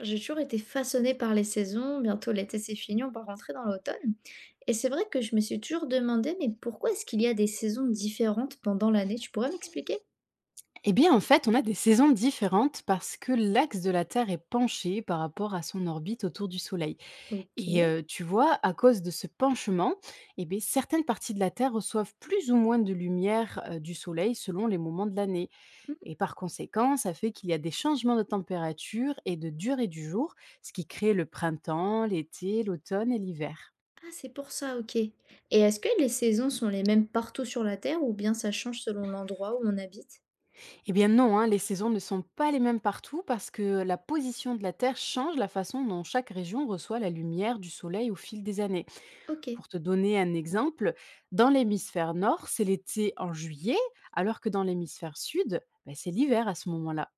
J'ai toujours été façonnée par les saisons, bientôt l'été c'est fini, on va rentrer dans l'automne. Et c'est vrai que je me suis toujours demandé, mais pourquoi est-ce qu'il y a des saisons différentes pendant l'année? Tu pourrais m'expliquer? Eh bien, en fait, on a des saisons différentes parce que l'axe de la Terre est penché par rapport à son orbite autour du Soleil. Ok. Et tu vois, à cause de ce penchement, eh bien, certaines parties de la Terre reçoivent plus ou moins de lumière du Soleil selon les moments de l'année. Hmm. Et par conséquent, ça fait qu'il y a des changements de température et de durée du jour, ce qui crée le printemps, l'été, l'automne et l'hiver. Ah, c'est pour ça, ok. Et est-ce que les saisons sont les mêmes partout sur la Terre ou bien ça change selon l'endroit où on habite? Eh bien non, hein, les saisons ne sont pas les mêmes partout parce que la position de la Terre change la façon dont chaque région reçoit la lumière du Soleil au fil des années. Ok, Pour te donner un exemple, dans l'hémisphère nord, c'est l'été en juillet, alors que dans l'hémisphère sud, ben, c'est l'hiver à ce moment-là.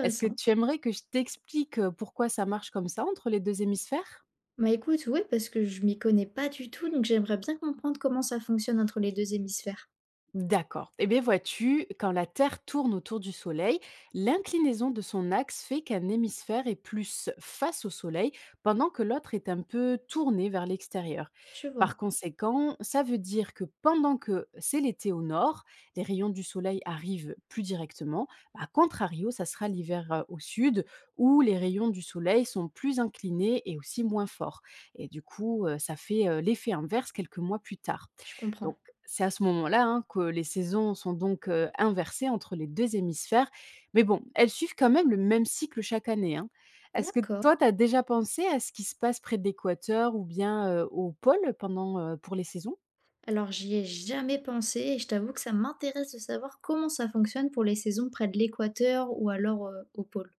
Est-ce que tu aimerais que je t'explique pourquoi ça marche comme ça entre les deux hémisphères? Bah écoute, oui, parce que je m'y connais pas du tout, donc j'aimerais bien comprendre comment ça fonctionne entre les deux hémisphères. D'accord. Eh bien, vois-tu, quand la Terre tourne autour du Soleil, l'inclinaison de son axe fait qu'un hémisphère est plus face au Soleil, pendant que l'autre est un peu tourné vers l'extérieur. Je vois, Par conséquent, ça veut dire que pendant que c'est l'été au nord, les rayons du Soleil arrivent plus directement. À contrario, ça sera l'hiver au sud, où les rayons du Soleil sont plus inclinés et aussi moins forts. Et du coup, ça fait l'effet inverse quelques mois plus tard. je comprends. Donc, c'est à ce moment-là, hein, que les saisons sont donc, inversées entre les 2 hémisphères, mais bon, elles suivent quand même le même cycle chaque année, hein. Est-ce que D'accord. toi, tu as déjà pensé à ce qui se passe près de l'équateur ou bien, au pôle pendant, pour les saisons? Alors j'y ai jamais pensé et je t'avoue que ça m'intéresse de savoir comment ça fonctionne pour les saisons près de l'équateur ou alors au pôle.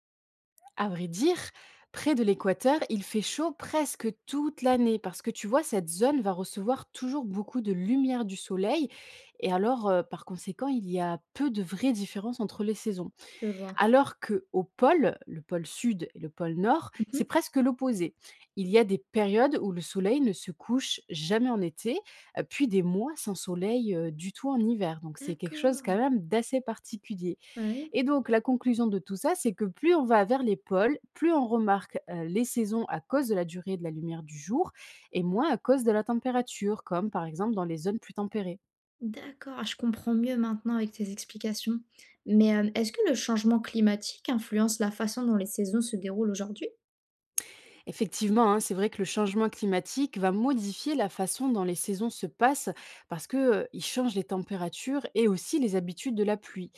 À vrai dire, près de l'équateur, il fait chaud presque toute l'année parce que tu vois, cette zone va recevoir toujours beaucoup de lumière du soleil et alors, par conséquent, il y a peu de vraies différences entre les saisons. Je vois. Alors que qu'aux pôles, le pôle sud et le pôle nord, c'est Mhm. presque l'opposé. Il y a des périodes où le soleil ne se couche jamais en été, puis des mois sans soleil du tout en hiver. Donc c'est quelque chose quand D'accord. même d'assez particulier. Ah oui. Et donc la conclusion de tout ça, c'est que plus on va vers les pôles, plus on remarque les saisons à cause de la durée de la lumière du jour et moins à cause de la température, comme par exemple dans les zones plus tempérées. D'accord. Ah, je comprends mieux maintenant avec tes explications. Mais est-ce que le changement climatique influence la façon dont les saisons se déroulent aujourd'hui? Effectivement, hein, c'est vrai que le changement climatique va modifier la façon dont les saisons se passent parce que il change les températures et aussi les habitudes de la pluie.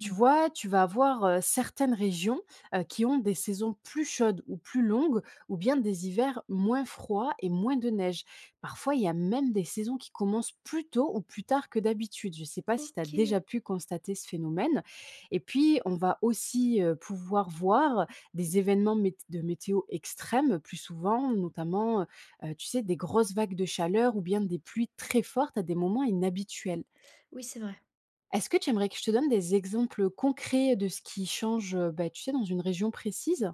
Tu vois, tu vas avoir, certaines régions, qui ont des saisons plus chaudes ou plus longues ou bien des hivers moins froids et moins de neige. Parfois, il y a même des saisons qui commencent plus tôt ou plus tard que d'habitude. Je ne sais pas si tu as Ok. déjà pu constater ce phénomène. Et puis on va aussi, pouvoir voir des événements météo extrêmes plus souvent, notamment, tu sais, des grosses vagues de chaleur ou bien des pluies très fortes à des moments inhabituels. Oui, c'est vrai. Est-ce que tu aimerais que je te donne des exemples concrets de ce qui change, bah, tu sais, dans une région précise?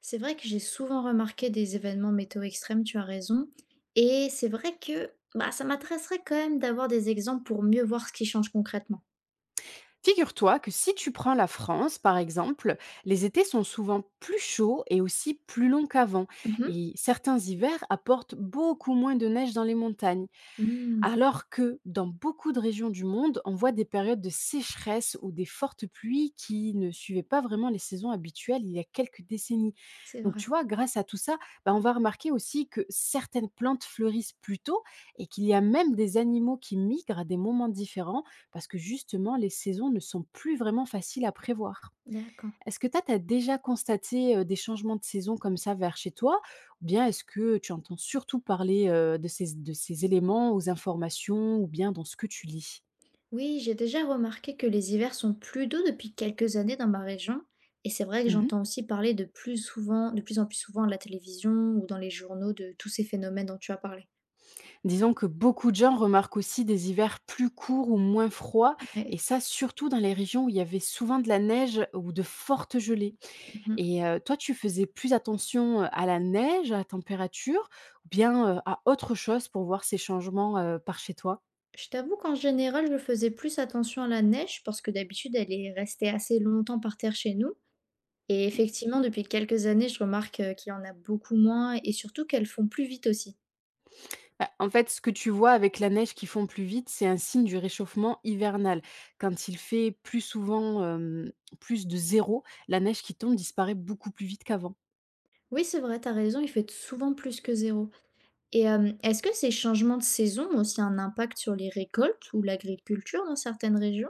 C'est vrai que j'ai souvent remarqué des événements météo extrêmes, tu as raison. Et c'est vrai que bah, ça m'intéresserait quand même d'avoir des exemples pour mieux voir ce qui change concrètement. Figure-toi que si tu prends la France, par exemple, les étés sont souvent plus chauds et aussi plus longs qu'avant Mhm, et certains hivers apportent beaucoup moins de neige dans les montagnes. mh. Mmh. Alors que dans beaucoup de régions du monde, on voit des périodes de sécheresse ou des fortes pluies qui ne suivaient pas vraiment les saisons habituelles il y a quelques décennies. C'est Donc vrai, tu vois, grâce à tout ça, bah, on va remarquer aussi que certaines plantes fleurissent plus tôt et qu'il y a même des animaux qui migrent à des moments différents parce que justement les saisons ne sont plus vraiment faciles à prévoir. d'accord. Est-ce que toi, tu as déjà constaté, des changements de saison comme ça vers chez toi? Ou bien est-ce que tu entends surtout parler, de ces éléments aux informations ou bien dans ce que tu lis? Oui, j'ai déjà remarqué que les hivers sont plus doux depuis quelques années dans ma région et c'est vrai que Mmh. j'entends aussi parler de plus souvent de plus en plus souvent à la télévision ou dans les journaux de tous ces phénomènes dont tu as parlé. Disons que beaucoup de gens remarquent aussi des hivers plus courts ou moins froids et Ouais. ça surtout dans les régions où il y avait souvent de la neige ou de fortes gelées. Mmh. Et toi, tu faisais plus attention, à la neige, à la température ou bien, à autre chose pour voir ces changements, par chez toi? Je t'avoue qu'en général, je faisais plus attention à la neige parce que d'habitude, elle est restée assez longtemps par terre chez nous et effectivement, depuis quelques années, je remarque, qu'il y en a beaucoup moins et surtout qu'elles font plus vite aussi. Bah, en fait, ce que tu vois avec la neige qui fond plus vite, c'est un signe du réchauffement hivernal. Quand il fait plus souvent plus de zéro, la neige qui tombe disparaît beaucoup plus vite qu'avant. Oui, c'est vrai, t'as raison, il fait souvent plus que zéro. Et est-ce que ces changements de saison ont aussi un impact sur les récoltes ou l'agriculture dans certaines régions?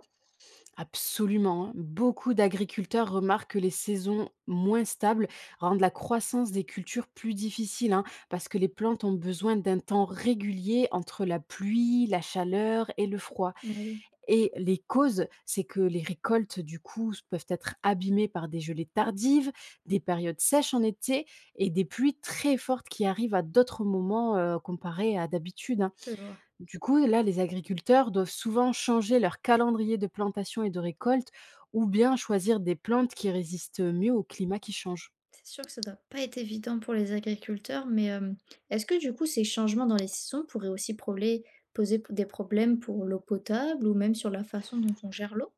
Absolument, hein. Beaucoup d'agriculteurs remarquent que les saisons moins stables rendent la croissance des cultures plus difficile, hein, parce que les plantes ont besoin d'un temps régulier entre la pluie, la chaleur et le froid. Bah oui, Et les causes, c'est que les récoltes, du coup, peuvent être abîmées par des gelées tardives, des périodes sèches en été et des pluies très fortes qui arrivent à d'autres moments, comparées à d'habitude, hein. je vois. Du coup, là, les agriculteurs doivent souvent changer leur calendrier de plantation et de récolte ou bien choisir des plantes qui résistent mieux au climat qui change. C'est sûr que ça doit pas être évident pour les agriculteurs, mais, est-ce que du coup ces changements dans les saisons pourraient aussi prolé poser p des problèmes pour l'eau potable ou même sur la façon dont on gère l'eau?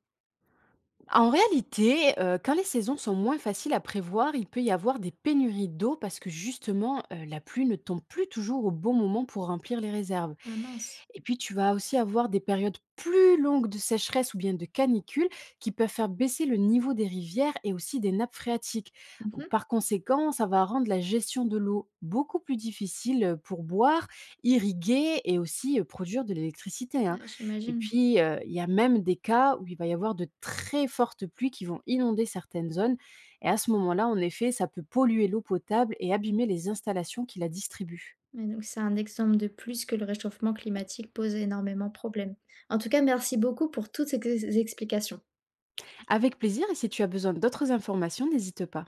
En réalité, quand les saisons sont moins faciles à prévoir, il peut y avoir des pénuries d'eau parce que justement, la pluie ne tombe plus toujours au bon moment pour remplir les réserves. Ah mince. Et puis, tu vas aussi avoir des périodes plus longues de sécheresse ou bien de canicule qui peuvent faire baisser le niveau des rivières et aussi des nappes phréatiques. Donc, Mmh. par conséquent, ça va rendre la gestion de l'eau beaucoup plus difficile pour boire, irriguer et aussi produire de l'électricité, hein. Ouais, Et j'imagine. puis, il y a même des cas où il va y avoir de très fortes pluies qui vont inonder certaines zones. Et à ce moment-là, en effet, ça peut polluer l'eau potable et abîmer les installations qui la distribuent. Ouais, donc c'est un exemple de plus que le réchauffement climatique pose énormément de problèmes. En tout cas, merci beaucoup pour toutes ces ex explications. Avec plaisir et si tu as besoin d'autres informations, n'hésite pas.